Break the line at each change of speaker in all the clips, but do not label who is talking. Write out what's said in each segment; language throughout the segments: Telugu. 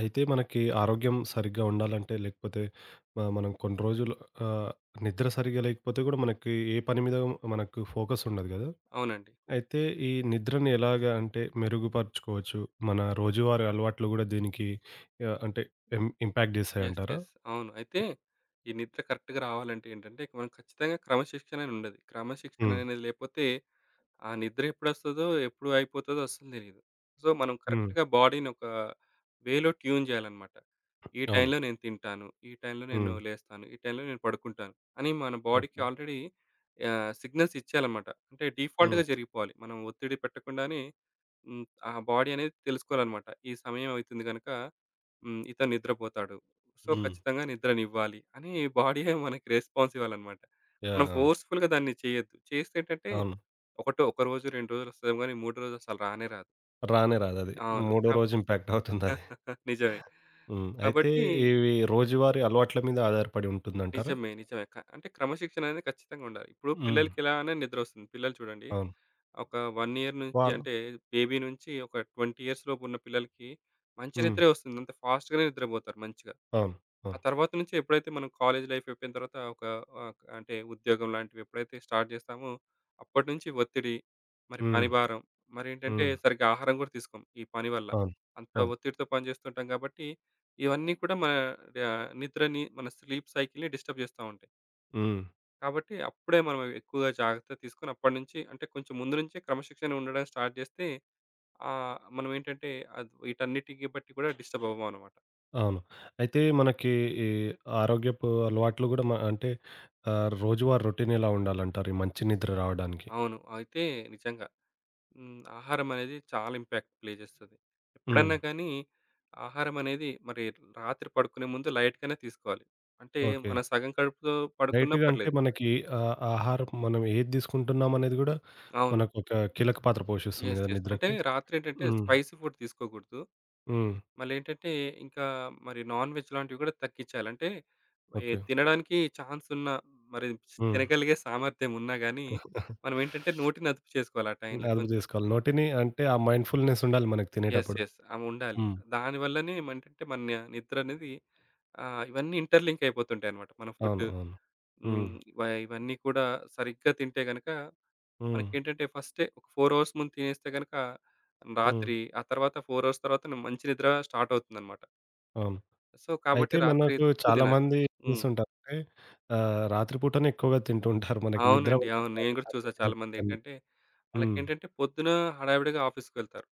అయితే మనకి ఆరోగ్యం సరిగ్గా ఉండాలంటే లేకపోతే మనం కొన్ని రోజులు ఆహ్, నిద్ర సరిగ్గా లేకపోతే గూడా మనకి ఏ పని మీద మనకు ఫోకస్ ఉండదు గదా!
అవునండి.
అయితే ఈ నిద్రని ఎలాగా అంటే మెరుగుపరుచుకోవచ్చు? మన రోజువారీ అలవాట్లు గూడా దీనికి అంటే ఇంపాక్ట్
యెస్.
జేస్తాయంటారా?
యెస్. అవును. అయితే ఈ నిద్ర కరెక్ట్‌గా రావాలంటే ఏంటంటే, ఇక మనం ఖచ్చితంగా క్రమశిక్షణ అని ఉండది. క్రమశిక్షణ
హ్మ్.
అనేది లేపోతే ఆ నిద్ర ఎప్పుడొస్తదో, ఎప్పుడు అయిపోతదో అస్సలు తెలీదు. సో, మనం
హ్మ్.
కరెక్ట్‌గా బాడీని ఒక వేలో ట్యూన్ చేయాలన్నమాట. ఈ
అవును.
టైంలో నేను తింటాను, ఈ టైంలో నేను
హ్మ్.
లేస్తాను, ఈ టైంలో నేను పడుకుంటాను అని మన బాడీకి
ఓకే.
Already signals ఇచ్చేయాలన్నమాట. అంటే డిఫాల్ట్‌గా
హ్మ్.
జరిగిపోవాలి. మనం ఒత్తిడి పెట్టకుండానే హ్మ్. ఆ బాడీ అనేది తెలుసుకోవాలన్నమాట. ఈ సమయం అవుతుంది గనక, ఇతను నిద్రపోతాడు. సో,
హ్మ్.
ఖచ్చితంగా నిద్రనివ్వాలి అని బాడీయే మనకి రెస్పాన్స్ ఇవ్వాలన్నమాట.
యాహ్!
మనం
అవును.
ఫోర్స్‌ఫుల్‌గా దాన్ని చేయొద్దు. చేస్తే ఏంటంటే
అవును.
ఒకటో ఒక రోజు, 2 రోజులు వస్తదేమో గానీ మూడో రోజు అసలు రానే రాదు.
రానే రాదది.
అవును.
మూడో రోజు ఇంపాక్ట్ అవుతుందది.
నిజమే.
హ్మ్. అయితే
కాబట్టి
ఇవి రోజువారీ అలవాట్ల మీద ఆధారపడి ఉంటుందంటారా?
నిజమే. నిజమే. అంటే క్రమశిక్షణ అనేది ఖచ్చితంగా ఉండాలి. ఇప్పుడు
హ్మ్.
పిల్లలకి ఎలానే నిద్రొస్తుంది. పిల్లలు చూడండి,
అవును.
ఒక 1 ఇయర్ నుంచి
వాళ్ళు
అంటే బేబీ నుంచి ఒక 20 ఇయర్స్ లోపు ఉన్న పిల్లలకి మంచి
హ్మ్.
నిద్రే వస్తుంది. అంత ఫాస్ట్‌గానే నిద్రపోతారు మంచిగా.
అవును.
ఆ
అవును.
తర్వాత నుంచి ఎప్పుడైతే మనం కాలేజ్ లైఫ్ అయిపోయిన తర్వాత ఒక అంటే ఉద్యోగం లాంటివి ఎప్పుడైతే స్టార్ట్ చేస్తామో అప్పటినుంచి ఒత్తిడి, మరి
హ్మ్.
పని భారం, మరేంటంటే
హ్మ్.
సరిగ్గా ఆహారం కూడా తీసుకోం ఈ పని వల్ల.
అవును.
అంత
అవును.
ఒత్తిడితో పని చేస్తుంటాం కాబట్టి ఇవన్నీ కూడా మన నిద్రని, మన స్లీప్ సైకిల్‌ని డిస్టర్బ్ చేస్తా ఉంటాయి.
హ్మ్.
కాబట్టి అప్పుడే మనం ఎక్కువగా జాగ్రత్త తీసుకొని అప్పటినుంచి అంటే కొంచెం ముందు నుంచే క్రమశిక్షణ ఉండడం స్టార్ట్ చేస్తే మనం ఏంటంటే అది వీటన్నిటికి బట్టి కూడా డిస్టర్బ్ అవ్వం అనమాట.
అవును. అయితే మనకి ఈ ఆరోగ్యపు అలవాట్లు గూడా మ అంటే రోజువారీ రొటీన్ ఎలా ఉండాలంటారు? ఈ మంచి నిద్ర రావడానికి?
అవును. అయితే నిజంగా ఆహారం అనేది చాలా ఇంపాక్ట్ ప్లే చేస్తది.
హ్మ్.
ఎప్పుడన్నా కానీ ఆహారం అనేది మరి రాత్రి పడుకునే ముందు లైట్‌గానే తీసుకోవాలి. అంటే
ఓకే.
మనం సగం కడుపుతో పడుకున్నా
డైట్‌గా అంటే
పర్లేదు.
మనకి ఆహారం మనం ఏది తీసుకుంటున్నామనేది గూడా
అవును.
మనకొక కీలక పాత్ర పోషిస్తుంది
యెస్.
గదా!
యెస్. అంటే
నిద్రకి.
రాత్రి ఏంటంటే
హ్మ్.
స్పైసీ ఫుడ్ తీసుకోకూడదు.
హ్మ్.
మళ్ళేంటంటే, ఇంకా మరి నాన్‌వెజ్ లాంటివి కూడా తగ్గిచ్చాలి. అంటే ఏ
ఓకే.
తినడానికి ఛాన్స్ ఉన్న మరి
హ్మ్.
తినగలిగే సామర్థ్యం ఉన్నా గానీ, మనమేంటంటే నోటిని అదుపు చేసుకోవాలి ఆ టైంలో
అదుపు
కొంచెం.
జేసుకోవాలి. నోటిని అంటే ఆ మైండ్‌ఫుల్‌నెస్ ఉండాలి మనకి
యెస్.
తినేటప్పుడు.
యెస్. ఆ! ఉండాలి.
హ్మ్.
దాని వల్లనే ఏమంటంటే మన నిద్ర అనేది ఇవన్నీ ఇంటర్‌లింక్ అయిపోతుంటాయన్నమాట. మన ఫుడ్,
అవును. అవును.
హ్మ్.
హ్మ్.
ఇవ ఇవన్నీ కూడా సరిగ్గా తింటే గనక
హ్మ్.
మనకేంటంటే ఫస్టే ఒక 4 అవర్స్ ముందు తినేస్తే గనక
హ్మ్.
రాత్రి, ఆ తర్వాత 4 అవర్స్ తర్వాత మంచి నిద్ర స్టార్ట్ అవుతుందన్నమాట.
అవును.
సో, కాబట్టి
అయితే
రాత్రి
మనకు
తక్కువ తినాలి.
చాలామంది ఏం
హ్మ్.
చేస్తుంటారంటే రాత్రి పూటనే ఎక్కువగా తింటూ ఉంటారు. మనకి నిద్ర
అవునండి.
పట్టదు
అవును. నేను
రాత్రి
కూడా చూసా
సరిగ్గా తినకపోతే.
చాలామందేంటంటే,
హ్మ్.
వాళ్ళకేంటంటే పొద్దున హడావిడిగా ఆఫీస్‌కెళ్తారు.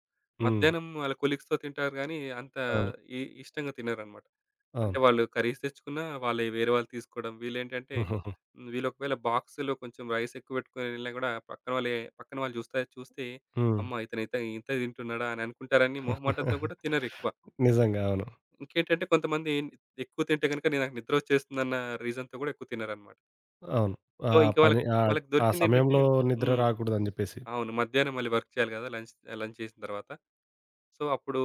హ్మ్.
మధ్యాహ్నం వాళ్ళ కొలీగ్స్‌తో తింటారు గానీ, అంత
అవును.
ఇష్టంగా తినరనమాట.
అవును.
అంటే వాళ్ళు కర్రీస్ తెచ్చుకున్నా, వాళ్ళయి వేరే వాళ్ళు తీసుకోవడం. వీళ్ళేంటంటే, వీళ్ళొకవేళ బాక్స్‌లో కొంచెం రైస్ ఎక్కువ పెట్టుకొని వెళ్ళినా కూడా, పక్కన వాళ్ళు చూస్తే చూస్తే,
హ్మ్.
అమ్మ! ఇతను ఇంత ఇంత తింటున్నాడా అని అనుకుంటారని మొహమాటంతో కూడా తినరెక్కువ.
నిజంగా. అవును.
ఇంకేంటంటే కొంతమంది ఎక్కువ తింటే గనుక నాకు నిద్రొచ్చేస్తుందన్న రీజన్‌తో కూడా ఎక్కువ తినరనమాట.
అవును. ఆ
సో, ఇంక
పని
వాళ్ళకి వాళ్ళకి
ఆ
దొరికిందేంటంటే
సమయంలో నిద్ర
హ్మ్.
రాకూడదని జెప్పేసి.
అవును. మధ్యాహ్నం మళ్ళీ వర్క్ చేయాలి గదా! లంచ్ లంచ్ చేసిన తర్వాత. సో, అప్పుడు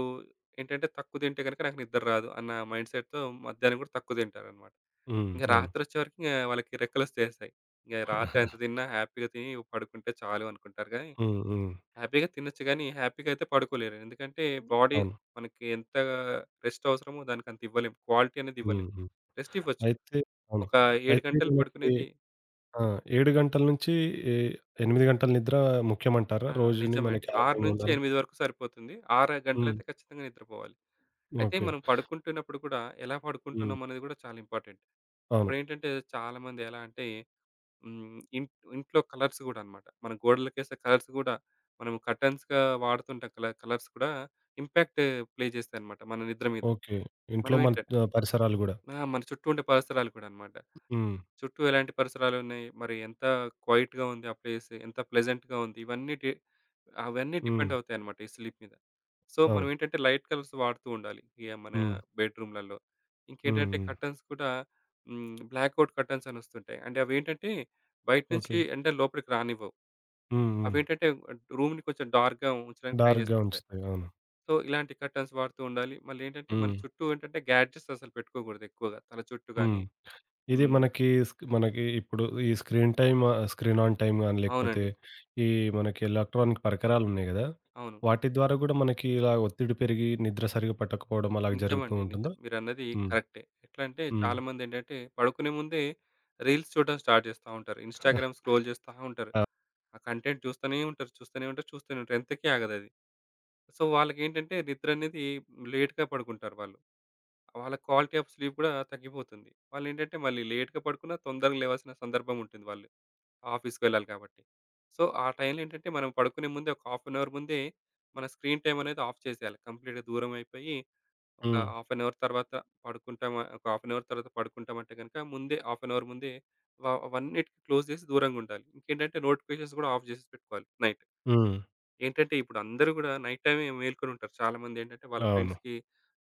ఏంటంటే తక్కువ తింటే గనుక నాకు నిద్ర రాదు అన్న మైండ్ సెట్‌తో మధ్యాహ్నం గూడా తక్కువ తింటారనమాట.
హ్మ్.
ఇంక
అవును.
రాత్రొచ్చేవరకు ఇంగ వాళ్ళకి రెక్కలొచ్చేస్తాయి. ఇంగ రాత్రి ఎంత తిన్నా హ్యాపీగా తిని పడుకుంటే చాలు అనుకుంటారు గానీ,
హ్మ్. హ్మ్.
హ్యాపీగా తినొచ్చు గానీ, హ్యాపీగా అయితే పడుకోలేరు. ఎందుకంటే బాడీ
అవును.
మనకి ఎంత రెస్ట్ అవసరమో దానికంత ఇవ్వలేం. క్వాలిటీ అనేది
హ్మ్.
ఇవ్వలేం.
హ్మ్.
రెస్ట్ ఇవ్వచ్చు.
అయితే అవును.
ఒక 7
అయితే
గంటలు
మనకి
పడుకునేది,
ఆ! 7 గంటల నుంచి ఎ 8 గంటల నిద్ర ముఖ్యమంటారా?
ఆ!
రోజుని
నిజమే అండి.
మనకి ఆరోగ్యంగా ఉండాలంటే?
6-8 వరకు సరిపోతుంది. 6
హ్మ్.
గంటలైతే ఖచ్చితంగా నిద్రపోవాలి. అయితే
ఓకే.
మనం పడుకుంటున్నప్పుడు కూడా ఎలా
హ్మ్.
పడుకుంటున్నాం అనేది కూడా చాలా ఇంపార్టెంట్.
అవును.
ఇప్పుడేంటంటే చాలామంది ఎలా అంటే హ్మ్, ఇం ఇంట్లో కలర్స్ కూడా అన్నమాట. మనం గోడలకేసే కలర్స్ కూడా, మనం కర్టెన్స్‌గా వాడుతుంటాం కలర్స్ కూడా ఇంపాక్ట్ ప్లే చేస్తాయన్నమాట మన నిద్ర మీద.
ఓకే. ఇంట్లో మన
మనమేంటంటే
పరిసరాలు గూడా.
ఆ! మన చుట్టూ ఉండే పరిసరాలు కూడా అన్నమాట.
హ్మ్.
చుట్టూ ఎలాంటి పరిసరాలున్నాయి? మరి ఎంత క్వైట్‌గా ఉంది ఆ ప్లేస్? ఎంత ప్లెజెంట్‌గా ఉంది? ఇవన్నీ డి అవన్నీ
హ్మ్.
డిపెండ్ అవుతాయన్నమాట ఈ స్లీప్ మీద. సో,
అవును.
మనమేంటంటే లైట్ కలర్స్ వాడుతూ ఉండాలి ఇగ మన
హ్మ్.
బెడ్‌రూమ్‌లలో.
హ్మ్.
ఇంకేంటంటే
హ్మ్.
కర్టెన్స్ కూడా, బ్లాక్ ఔట్ కర్టెన్స్ అనొస్తుంటాయి. అంటే అవేంటంటే బయట నుంచి
ఓకే.
ఎండ లోపలికి రానివ్వవు.
హ్మ్. హ్మ్.
అవేంటంటే రూమ్‌ని కొంచెం డార్క్‌గా ఉంచడానికి ట్రై
డార్క్‌గా
చేస్తుంటాయి.
ఉంచుతాయి. అవును.
సో, ఇలాంటి కర్టెన్స్ వాడుతూ ఉండాలి. మళ్ళేంటంటే మన
హ్మ్.
చుట్టూ ఏంటంటే గ్యాడ్జెట్స్ అసలు పెట్టుకోకూడదు ఎక్కువగా. తల చుట్టూ గాని
హ్మ్. ఇది
హ్మ్.
మనకి మనకి ఇప్పుడు ఈ screen time screen on time గాని, లేకపోతే
అవునండి.
ఈ మనకి ఎలక్ట్రానిక్ పరికరాలున్నాయి గదా!
అవును.
వాటి ద్వారా గూడా మనకి ఇలా ఒత్తిడి పెరిగి నిద్ర సరిగ్గా పట్టకపోవడం అలాగ జరుగుతూ
నిజమండి.
ఉంటుందా?
నిజం. మీరన్నది
హ్మ్.
కరెక్టే. ఎట్లా అంటే
హ్మ్.
చాలామంది ఏంటంటే పడుకునే ముందే రీల్స్ చూడడం స్టార్ట్ చేస్తా ఉంటారు. ఇన్‌స్టాగ్రామ్ స్క్రోల్ చేస్తా ఉంటారు. ఆ కంటెంట్ చూస్తూనే ఉంటారు. చూస్తూనే ఉంటారు. చూస్తూనే ఉంటారు. ఎంతకీ ఆగదది. సో, వాళ్ళకేంటంటే నిద్ర అనేది లేట్‌గా పడుకుంటారు వాళ్ళు. వాళ్ళ క్వాలిటీ ఆఫ్ స్లీప్ కూడా తగ్గిపోతుంది. వాళ్ళేంటంటే మళ్ళీ లేట్‌గా పడుకున్నా తొందరగా లేవాల్సిన సందర్భం ఉంటుంది వాళ్ళు. ఆఫీస్‌కి వెళ్ళాలి కాబట్టి. సో, ఆ టైంలో ఏంటంటే మనం పడుకునే ముందే ఒక హాఫ్ అన్ అవర్ ముందే మన స్క్రీన్ టైమ్ అనేది ఆఫ్ చేసేయాలి. కంప్లీట్‌గా దూరం అయిపోయి ఒక
హ్మ్.
హాఫ్ అన్ అవర్ తర్వాత పడుకుంటామా, ఒక హాఫ్ అన్ అవర్ తర్వాత పడుకుంటామంటే గనుక ముందే హాఫ్ అన్ అవర్ ముందే అవన్నిటికి క్లోజ్ చేసి దూరంగా ఉండాలి. ఇంకేంటంటే నోటిఫికేషన్స్ గూడా ఆఫ్ చేసేసి పెట్టుకోవాలి నైట్.
హ్మ్.
ఏంటంటే ఇప్పుడు అందరూ గూడా నైట్ టైమే మేల్కొనుంటారు. చాలామందేంటంటే వాళ్ళ
అవును.
ఫ్రెండ్స్‌కి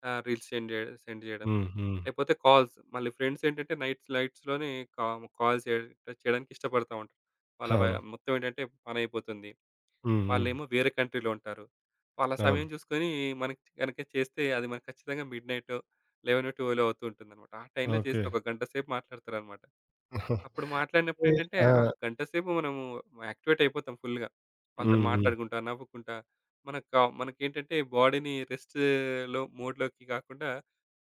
రీల్స్ సెండ్ జేయడం,
హ్మ్. హ్మ్.
లేపోతే కాల్స్. మళ్ళీ ఫ్రెండ్స్ ఏంటంటే నైట్ లైట్స్‌లోనే కా కాల్స్ చేయడానికి ఇష్టపడతా ఉంటారు. వాళ్ళ వ
అవును.
మొత్తం ఏంటంటే పనయిపోతుంది.
హ్మ్. హ్మ్.
వాళ్ళేమో వేరే కంట్రీలో ఉంటారు. వాళ్ళ
అవును.
సమయం చూసుకొని మనకి గనక చేస్తే అది మనకు ఖచ్చితంగా మిడ్‌నైట్ 11, 12 అవుతూ ఉంటుందన్నమాట. ఆ టైంలో
ఓకే.
చేస్తే ఒక గంట సేపు మాట్లాడతారన్నమాట. అప్పుడు
అంటే
మాట్లాడినప్పుడేంటంటే
ఆ!
ఆ గంట సేపు మనము యాక్టివేట్ అయిపోతాం ఫుల్‌గా. వాళ్ళతోని
హ్మ్. హ్మ్.
మాట్లాడుకుంటా, నవ్వుకుంటా మనకు కా మనకేంటంటే బాడీని రెస్ట్‌లో మోడ్‌లోకి కాకుండా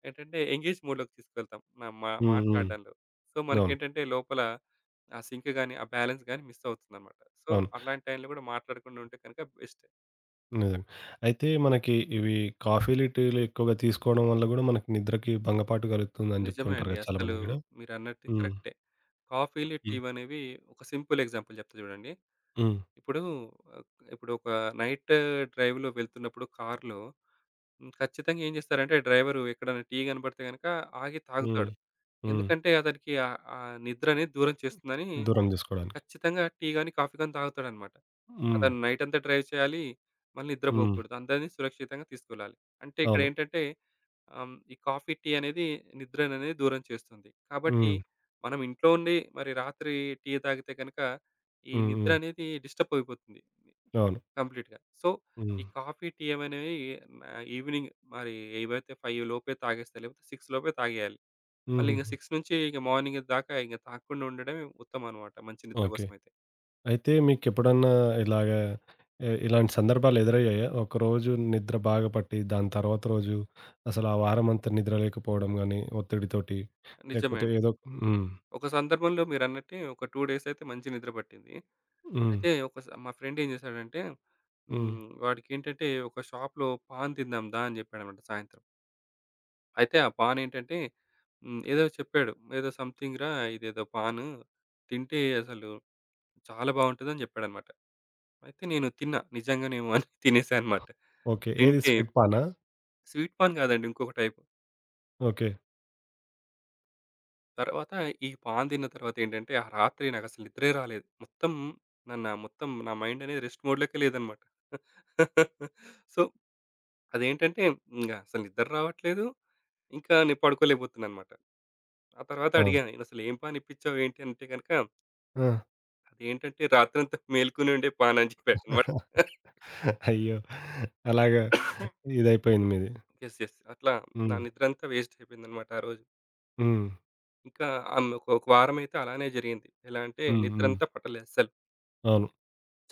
ఏంటంటే ఎంగేజ్ మోడ్‌లోకి తీసుకెళ్తాం మా
హ్మ్. హ్మ్.
మాట్లాడడంలో. సో,
అవును.
మనకేంటంటే లోపల ఆ సింక్ గాని, ఆ బ్యాలెన్స్ గాని మిస్ అవుతుందన్నమాట. సో,
అవును.
అలాంటి టైంలో కూడా మాట్లాడకుండా ఉంటే కనుక బెస్ట్.
నిజంగా. అయితే మనకి ఇవి కాఫీలు, టీలు ఎక్కువగా తీసుకోవడం వల్ల గూడా మనకి నిద్రకి భంగపాటు కలుగుతుందని
నిజమే
జెప్తుంటారు
అండి.
గదా!
అసలు
చాలామంది గూడా.
మీరన్నట్టు
హ్మ్.
కరెక్టే. కాఫీలు,
హ్మ్.
టీవనేవి ఒక సింపుల్ ఎగ్జాంపుల్ చెప్తా, చూడండి.
హ్మ్.
ఇప్పుడు ఆహ్, ఇప్పుడు ఒక నైట్ డ్రైవ్‌లో వెళ్తున్నప్పుడు కార్‌లో, ఖచ్చితంగా ఏం చేస్తారంటే డ్రైవరు ఎక్కడైనా టీ కనపడితే గనక ఆగి
హ్మ్.
తాగుతాడు.
హ్మ్.
ఎందుకంటే అతనికి ఆ నిద్రని దూరం చేస్తుందని
దూరం జేసుకోవడానికి.
ఖచ్చితంగా టీ గాని, కాఫీ గాని తాగుతాడనమాట.
హ్మ్.
అతను నైట్ అంతా డ్రైవ్ చేయాలి. మళ్ళీ
హ్మ్.
నిద్రపోకూడదు. అందరిని సురక్షితంగా తీసుకెళ్ళాలి. అంటే
అవును.
ఇక్కడేంటంటే ఈ కాఫీ, టీ అనేది నిద్రననేది దూరం చేస్తుంది. కాబట్టి
హ్మ్.
మనం ఇంట్లో ఉండి మరి రాత్రి టీ తాగితే గనక ఈ
హ్మ్.
నిద్ర
హ్మ్.
అనేది డిస్టర్బ్ అయిపోతుంది
అవును.
కంప్లీట్‌గా. సో,
హ్మ్.
ఈ కాఫీ, టీ అనేవి ఈవినింగ్ మరి, ఏవైతే 5 లోపే తాగేస్తే లేకపోతే 6 లోపే తాగేయాలి. మళ్ళీ ఇంక
హుహుహు.
6 నుంచి ఇక మార్నింగ్ దాకా ఇంక తాగకుండా ఉండడమే ఉత్తమం అనమాట, మంచి నిద్ర
ఓకే.
కోసమైతే.
అయితే మీకెప్పుడన్నా ఇలాగ ఇలాంటి సందర్భాలు ఎదురయ్యాయా? ఒకరోజు నిద్ర బాగా పట్టి, దాని తర్వాత రోజు అసలు ఆ వారమంతా నిద్ర లేకపోవడం గానీ, ఒత్తిడితోటి
నిజమే
లేకపోతే
అండి.
ఏదో హ్మ్.
ఒక సందర్భంలో మీరన్నట్టే ఒక 2 డేస్ అయితే మంచి నిద్ర పట్టింది.
హ్మ్.
అయితే ఒక స మా ఫ్రెండ్ ఏం చేశాడంటే,
హ్మ్.
వాడికేంటంటే ఒక షాప్‌లో పాన్ తిందాం దా అని చెప్పాడనమాట సాయంత్రం. అయితే ఆ పాన్ ఏంటంటే ఏదో చెప్పాడు. ఏదో సంథింగ్ రా ఇదేదో పాను తింటే అసలు చాలా బావుంటదని చెప్పాడనమాట. అయితే నేను తిన్నా నిజంగానేమో అని తినేసా అనమాట.
ఓకే. ఏది
తింటే
స్వీట్ పానా?
స్వీట్ పాన్ కాదండి, ఇంకొక టైపు.
ఓకే.
తర్వాత ఈ పాన్ తిన్న తర్వాతేంటంటే, ఆ రాత్రి నాకసలు నిద్రే రాలేదు. మొత్తం నన్ను మొత్తం నా మైండ్ అనేది రెస్ట్ మోడ్‌లోకే లేదనమాట. సో, అదేంటంటే ఇంగ అసలు నిద్ర రావట్లేదు. ఇంకా నేను పడుకోలేకపోతున్నాననమాట. ఆ తర్వాత
ఆ!
అడిగా, "అసలు ఏం పాన్ ఇప్పించావు ఏంటి?" అంటే గనక,
ఆ!
అదేంటంటే రాత్రంతా మేలుకొని ఉండే పాన్ అని చెప్పాడనమాట.
అయ్యో! అలాగా ఇదైపోయింది మీది.
యెస్. యెస్. అట్లా నా
హ్మ్.
నిద్రంతా వేస్ట్ అయిపోయిందనమాట ఆ రోజు.
హ్మ్.
ఇంకా ఒక ఒక వారమైతే అలానే జరిగింది. ఎలా అంటే
హ్మ్. హ్మ్.
నిద్రంతా పట్టలేదు అస్సలు.
అవును.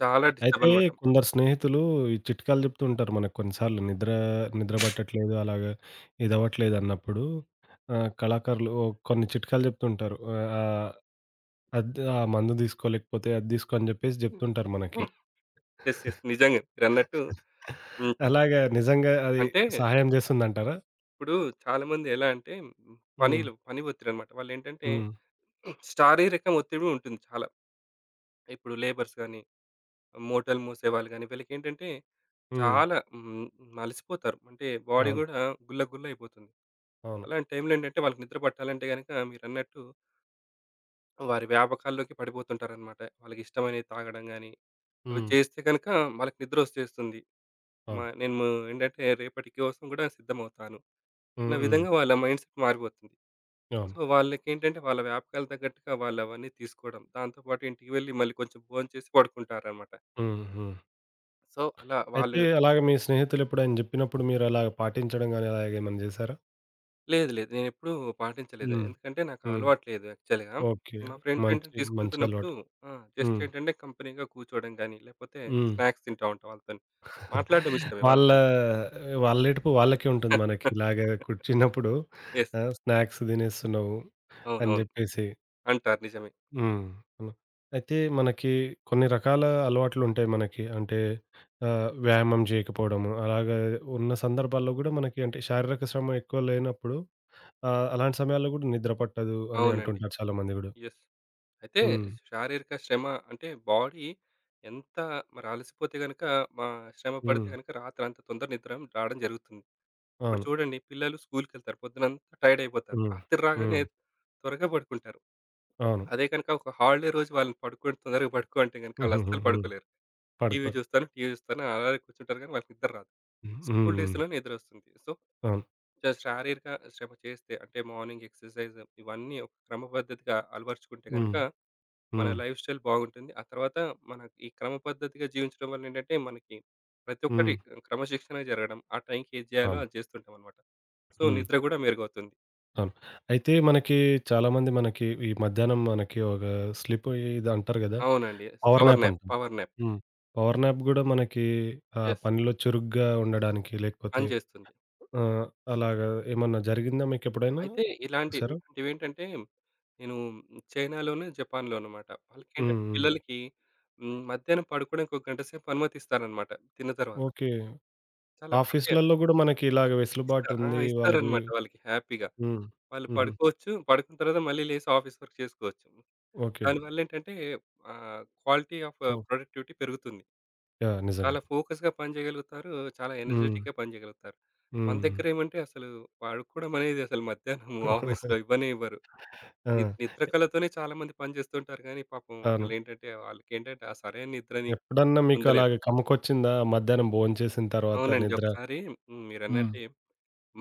చాలా డిస్టర్బ్
అయితే
అనమాట.
కొందరు స్నేహితులు ఈ చిట్కాలు చెప్తూ ఉంటారు మనకు కొన్నిసార్లు నిద్ర నిద్ర పట్టట్లేదు అలాగా ఇదవ్వట్లేదు అన్నప్పుడు కళాకారులు ఓ కొన్ని చిట్కాలు చెప్తుంటారు. ఆహ్, ఆ మందు తీసుకోలేకపోతే అది తీసుకో అని చెప్పేసి చెప్తుంటారు మనకి.
యెస్. యెస్. నిజంగా మీరన్నట్టు హ్మ్.
అలాగా నిజంగా అది
అంటే
సహాయం చేస్తుందంటారా?
ఇప్పుడు చాలామంది ఎలా అంటే
హ్మ్.
పని ఒత్తిడన్నమాట. వాళ్ళేంటంటే
హ్మ్.
శారీరకం ఒత్తిడి ఉంటుంది చాలా. ఇప్పుడు లేబర్స్ గాని, మోటలు మూసేవాళ్ళు గాని వీళ్ళకేంటంటే
హ్మ్.
చాలా అలసిపోతారు. అంటే బాడీ
అవును.
గూడా గుల్ల గుల్ల అయిపోతుంది.
అవును.
అలాంటి టైంలో ఏంటంటే వాళ్ళకి నిద్ర పట్టాలంటే గనక మీరన్నట్టు వారి వ్యాపకాల్లోకి పడిపోతుంటారన్నమాట. వాళ్ళకిష్టమైనవి తాగడం గాని, అవి
హ్మ్.
చేస్తే గనక వాళ్ళకి నిద్రొచ్చేస్తుంది.
అవును.
నేను ఏంటంటే రేపటి కోసం గూడా సిద్ధమవుతాను అన్న
హ్మ్. హ్మ్.
విధంగా వాళ్ళ మైండ్‌సెట్ మారిపోతుంది.
అవును.
సో, వాళ్ళకేంటంటే వాళ్ళ వ్యాపకాలు తగ్గట్టుగా వాళ్ళవన్నీ తీసుకోవడం. దాంతో పాటు ఇంటికి వెళ్లి మళ్ళీ కొంచెం భోంచేసి పడుకుంటారనమాట.
హ్మ్. హ్మ్.
సో, అలా
అయితే
వాళ్ళు
అలాగ మీ స్నేహితులెప్పుడైనా చెప్పినప్పుడు మీరలాగ పాటించడం గాని అలాగేమన్నా చేశారా?
లేదు, లేదు. నేనెప్పుడూ పాటించలేదు.
హ్మ్.
ఎందుకంటే నాకు
హ్మ్.
అలవాటు లేదు యాక్చువల్‌గా.
ఓకే.
మా ఫ్రెండ్స్ ఏంటంటే
మంచి మంచి
తీసుకుంటున్నప్పుడు
అలవాటు.
ఆ! జస్ట్
హ్మ్.
ఏంటంటే కంపెనీగా కూర్చోవడం గానీ, లేకపోతే
హ్మ్.
స్నాక్స్ తింటా ఉంటా వాళ్ళతోని. మాట్లాడడం ఇష్టమే
వాళ్ళ
వాళ్ళతోని.
వాళ్ళేడుపు వాళ్ళకే
యెస్.
ఉంటుంది. మనకి ఇలాగ కూర్చున్నప్పుడు స్నాక్స్ తినేస్తున్నావు అని
అవునవును.
జెప్పేసి.
అంటారు నిజమే.
హ్మ్. హ్మ్. అయితే మనకి కొన్ని రకాల అలవాట్లుంటాయి మనకి. అంటే వ్యాయామం జేయకపోవడము, అలాగా ఉన్న సందర్భాల్లో గూడా మనకి అంటే శారీరక శ్రమ ఎక్కువ లేనప్పుడు అలాంటి సమయాల్లో గూడా నిద్ర పట్టదు అని
అవునండి.
అంటుంటారు చాలామంది గూడా.
యెస్. అయితే
హ్మ్.
శారీరక శ్రమ అంటే బాడీ ఎంత మరి అలసిపోతే గనుక, మా శ్రమ పడితే
హ్మ్.
గనుక రాత్రి అంత తొందర నిద్ర రావడం జరుగుతుంది. ఇప్పుడు
అవును.
చూడండి, పిల్లలు స్కూల్‌కి వెళ్తారు. పొద్దునంతా టైర్డ్ అయిపోతారు.
హ్మ్.
రాత్రి రాగానే
హ్మ్.
త్వరగా పడుకుంటారు.
అవును.
అదే కనుక ఒక హాలిడే రోజు వాళ్ళని పడుకోండి, తొందరగా పడుకో అంటే గనుక వాళ్ళు
హుహుహు.
అస్సలు
హ్మ్.
పడుకోలేరు. టీవీ
పడుకోరు.
చూస్తాను, టీవీ చూస్తాను అలాగే కూర్చుంటారు కానీ వాళ్ళకి నిద్ర రాదు. స్కూల్
హ్మ్.
డేస్‌లోనే నిద్రొస్తుంది. సో,
హ్మ్. హ్మ్. అవును.
శారీరక శ్రమ చేస్తే అంటే మార్నింగ్ ఎక్సర్‌సైజ్ ఇవన్నీ ఒక క్రమపద్ధతిగా అలవరుచుకుంటే గనుక
హ్మ్.
మన
హ్మ్.
లైఫ్ స్టైల్ బాగుంటుంది. ఆ తర్వాత మన ఈ క్రమ పద్ధతిగా జీవించడం వల్ల ఏంటంటే మనకి ప్రతి ఒక్కటి
హ్మ్.
క్రమశిక్షణగా జరగడం. ఆ టైంకి ఏది చేయాలో
అవును.
అది చేస్తుంటామనమాట. సో,
హ్మ్.
నిద్ర గూడా మెరుగవుతుంది.
అవును. అయితే మనకి చాలామంది మనకి ఈ మధ్యాహ్నం మనకి ఒక స్లీప్ ఇది అంటారు గదా!
అవునండి.
పవర్
పవర్
న్యాప్
న్యాప్,
అంటాం.
Power nap.
హ్మ్. పవర్ న్యాప్ గూడా మనకి
యెస్.
పనిలో చురుగ్గా ఉండడానికి లేకపోతే
పనిచేస్తుంది.
ఆహ్, అలాగా ఏమన్నా జరిగిందా మీకెప్పుడైనా?
అయితే
చూసారా?
ఇలాంటివేంటంటే నేను చైనాలోను, జపాన్‌లో అనమాట.
హ్మ్.
వాళ్ళకేంటంటే
హ్మ్.
పిల్లలకి మధ్యాహ్నం పడుకోవడానికి ఒక గంట సేపు అనుమతిస్తారనమాట తిన్న తర్వాత.
ఓకే.
చాలా అంటే
ఆఫీస్‌లలో గూడా మనకి ఇలాగ
ఆ!
వెసులుబాటుంది వాళ్ళకి
ఇస్తారనమాట వాళ్ళకి హ్యాపీగా.
హ్మ్.
వాళ్ళు
హుహు.
పడుకోవచ్చు. పడుకున్న తర్వాత మళ్ళీ లేసి ఆఫీస్ వర్క్ చేసుకోవచ్చు.
ఓకే.
దానివల్లేంటంటే క్వాలిటీ ఆఫ్
ఫో
ప్రొడక్టివిటీ పెరుగుతుంది.
యాహ్! నిజంగా.
చాలా ఫోకస్‌గా పని చేయగలుగుతారు. చాలా
హ్మ్.
ఎనర్జెటిక్‌గా పని చేయగలుగుతారు. మన
హ్మ్.
దగ్గర ఏమంటే అసలు పడుకోవడం అనేది అసలు మధ్యాహ్నం ఆఫీస్‌లో ఇవ్వనే ఇవ్వరు.
ఆ!
నిద్ర
ఎ
కళతోనే చాలామంది పని చేస్తుంటారు కానీ పాపం
అవును.
వాళ్ళేంటంటే వాళ్ళకేంటంటే ఆ సరైన నిద్రని
ఎప్పుడన్నా మీకు
పొందలేరు.
అలాగ కమ్మకొచ్చిందా? మధ్యాహ్నం భోంచేసిన తర్వాత
అవునండి.
నిద్ర
ఒకసారి
హ్మ్.
మీరన్నట్టే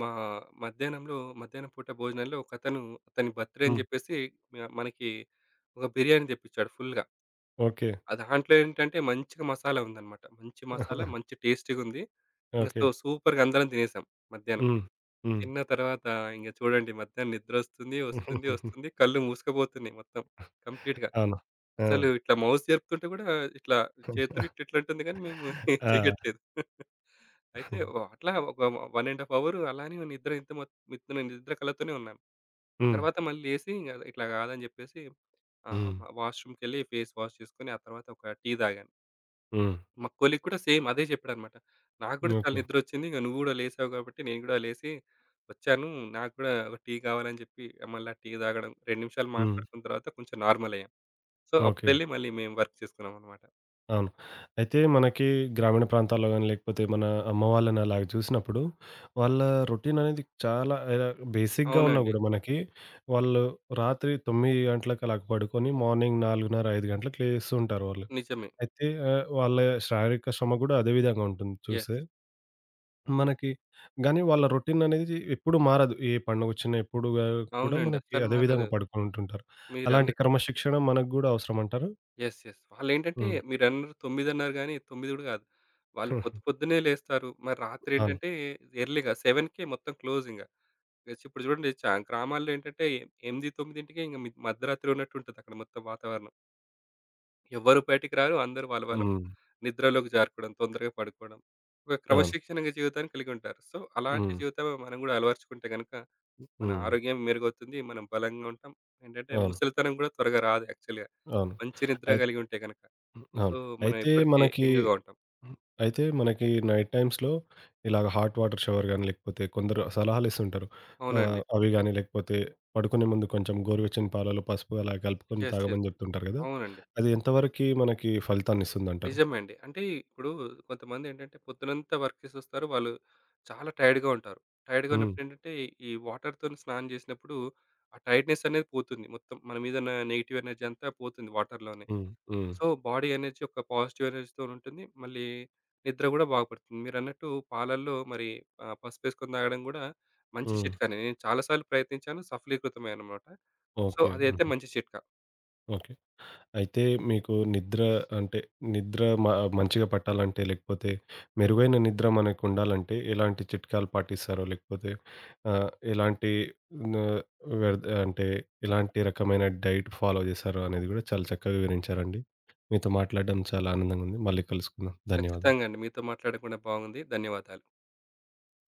మా మధ్యాహ్నంలో మధ్యాహ్నం పూట భోజనంలో ఒకతను అతని బర్త్‌డే అని
హ్మ్.
జెప్పేసి మనకి ఒక బిర్యానీ తెప్పిచ్చాడు ఫుల్‌గా.
ఓకే.
ఆ దాంట్లో ఏంటంటే మంచిగా మసాలా ఉందన్నమాట. మంచి మసాలా, మంచి టేస్టీగుంది. ఇంగ
ఓకే.
సో సూపర్‌గా అందరం తినేసాం మధ్యాహ్నం.
హ్మ్. హ్మ్.
తిన్న తర్వాత ఇంగ చూడండి, మధ్యాహ్నం నిద్రొస్తుంది, వస్తుంది, వస్తుంది. వస్తుంది, కళ్ళు మూసుకుపోతున్నాయి మొత్తం కంప్లీట్‌గా.
అవును. ఆ!
అసలు ఇట్లా మౌస్ జరుపుతుంటే కూడా ఇట్లా చేతులు ఇట్లా ఇట్లా ఉంటుంది కానీ మేము ఏం
ఆ!
చేయట్లేదు. అయితే
హ్మ్.
అట్లా ఒక 1 ½ అవర్ అలానే నిద్ర ఇంత మొ నిద్ర నిద్ర కళతోనే ఉన్నాను.
హ్మ్.
తర్వాత మళ్ళీ లేసి ఇంగ ఇట్లా కాదని చెప్పేసి ఆహ్,
హ్మ్.
మ వాష్‌రూమ్‌కెళ్ళి ఫేస్ వాష్ చేసుకొని ఆ తర్వాత ఒక టీ తాగాను.
హ్మ్.
మా కొలీగ్ కూడా సేమ్ అదే చెప్పాడన్నమాట. నాకు కూడా చాలా
ఓకే.
నిద్రొచ్చింది. ఇంక నువ్వు కూడా లేసావు కాబట్టి నేను కూడా లేసి వచ్చాను. నాకు కూడా ఒక టీ కావాలని చెప్పి మళ్ళా టీ తాగడం, 2 నిమిషాలు
హ్మ్.
మాట్లాడుకున్న తర్వాత కొంచెం నార్మల్ అయ్యాను. So,
okay.
అప్పుడెళ్ళి మళ్ళీ మేము వర్క్ చేసుకున్నామనమాట.
అవును. అయితే మనకి గ్రామీణ ప్రాంతాల్లో గాని, లేకపోతే మన అమ్మ వాళ్ళని అలాగ చూసినప్పుడు, వాళ్ళ రొటీన్ అనేది చాలా బేసిక్‌గా ఉన్నా
అవునండి.
గూడా మనకి వాళ్ళు రాత్రి 9 గంటలకు అలాగ పడుకొని, మార్నింగ్ 4:30, 5 గంటలకు లేస్తుంటారు వాళ్ళు.
నిజమే.
అయితే వాళ్ళ శారీరక శ్రమ గూడా అదే విధంగా ఉంటుంది చూస్తే.
యెస్.
మనకి గానీ వాళ్ళ రొటీన్ అనేది ఎప్పుడూ మారదు. ఏ పండగొచ్చినా ఎప్పుడు గా కూడా
అవునండి.
మనకి
అస్సలు
అదే
మారదు.
విధంగా పడుకొని ఉంటుంటారు. అలాంటి
మీరన్నట్టు.
క్రమశిక్షణ మనకు గూడా అవసరమంటారా?
యెస్. యెస్. వాళ్ళేంటంటే
హ్మ్.
మీరన్నారు 9:30, గాని 9 గూడా గాదు. వాళ్ళు పొద్దు పొద్దున్నే లేస్తారు. మరి
అవును.
రాత్రేంటంటే ఎర్లీగా 7కే మొత్తం క్లోజింగ. జస్ట్ ఇప్పుడు చూడండి, గ్రామాల్లో ఏంటంటే 8, 9కే ఇంక మధ్యరాత్రి ఉన్నట్టుంటదక్కడ మొత్తం వాతావరణం. ఎవ్వరు బయటికి రారు. అందరూ వాళ్ళ వాళ్ళ
హ్మ్.
నిద్రలోకి జారుకోవడం, తొందరగా పడుకోవడం. ఒక
అవును.
క్రమశిక్షణగా జీవితాన్ని కలిగి ఉంటారు. సో, అలాంటి
హ్మ్.
జీవితమే మనం గూడా అలవరుచుకుంటే గనక మన
హ్మ్.
ఆరోగ్యం మెరుగవుతుంది. మనం బలంగా ఉంటాం. ఏంటంటే
అవును.
ముసలితనం గూడా త్వరగా రాదు యాక్చువల్‌గా.
అవును.
మంచి నిద్ర
అయి
కలిగి ఉంటే గనక. సో,
అవును.
మనం
అయితే
ఎప్పటికీ
మనకి
యంగ్‌గా ఉంటాం.
అయితే మనకి నైట్ టైమ్స్‌లో ఇలాగ హాట్ వాటర్ షవర్ గాని, లేకపోతే కొందరు సలహాలిస్తుంటారు.
అవునండి.
అవి గాని లేకపోతే పడుకునే ముందు కొంచెం గోరువెచ్చని పాలలో పసుపు అలా కలుపుకొని
యెస్. యెస్.
తాగమని జెప్తుంటారు గదా!
అవునండి.
అది ఎంతవరకి మనకి ఫలితాన్నిస్తుందంటారు?
నిజమే అండి. అంటే ఇప్పుడు కొంతమందేంటంటే పొద్దునంతా వర్క్ చేసొస్తారు. వాళ్ళు చాలా టైర్డ్‌గా ఉంటారు. టైర్డ్‌గా
హ్మ్.
ఉన్నప్పుడు ఏంటంటే ఈ వాటర్‌తోని స్నానం చేసినప్పుడు ఆ టైర్డ్‌నెస్ అనేది పోతుంది. మొత్తం మన మీద ఉన్న నెగెటివ్ ఎనర్జీ అంతా పోతుంది వాటర్‌లోనే.
హ్మ్. హ్మ్.
సో, బాడీ ఎనర్జీ ఒక పాజిటివ్ ఎనర్జీతోనుంటుంది. మళ్ళీ నిద్ర గూడా బాగుపడుతుంది. మీరన్నట్టు పాలల్లో మరి పసుపేసుకొని తాగడం గూడా మంచి
హ్మ్.
చిట్కానే. నేను చాలా సార్లు ప్రయత్నించాను. సఫలీకృతమే అన్నమాట. So,
okay.
అదైతే
హుహు.
మంచి చిట్కా.
ఓకే. అయితే మీకు నిద్ర అంటే నిద్ర మ మంచిగా పట్టాలంటే లేకపోతే మెరుగైన నిద్ర మనకుండాలంటే ఎలాంటి చిట్కాలు పాటిస్తారో లేకపోతే ఎలాంటి న వ్యర్థ అంటే ఎలాంటి రకమైన డైట్ ఫాలో చేశారో అనేది కూడా చాలా చక్కగా వివరించారండి. మీతో మాట్లాడడం చాలా ఆనందంగా ఉంది. మళ్ళీ కలుసుకుందాం. ధన్యవాదాలు.
ఖచ్చితంగా అండి. మీతో మాట్లాడడం కూడా బాగుంది. ధన్యవాదాలు.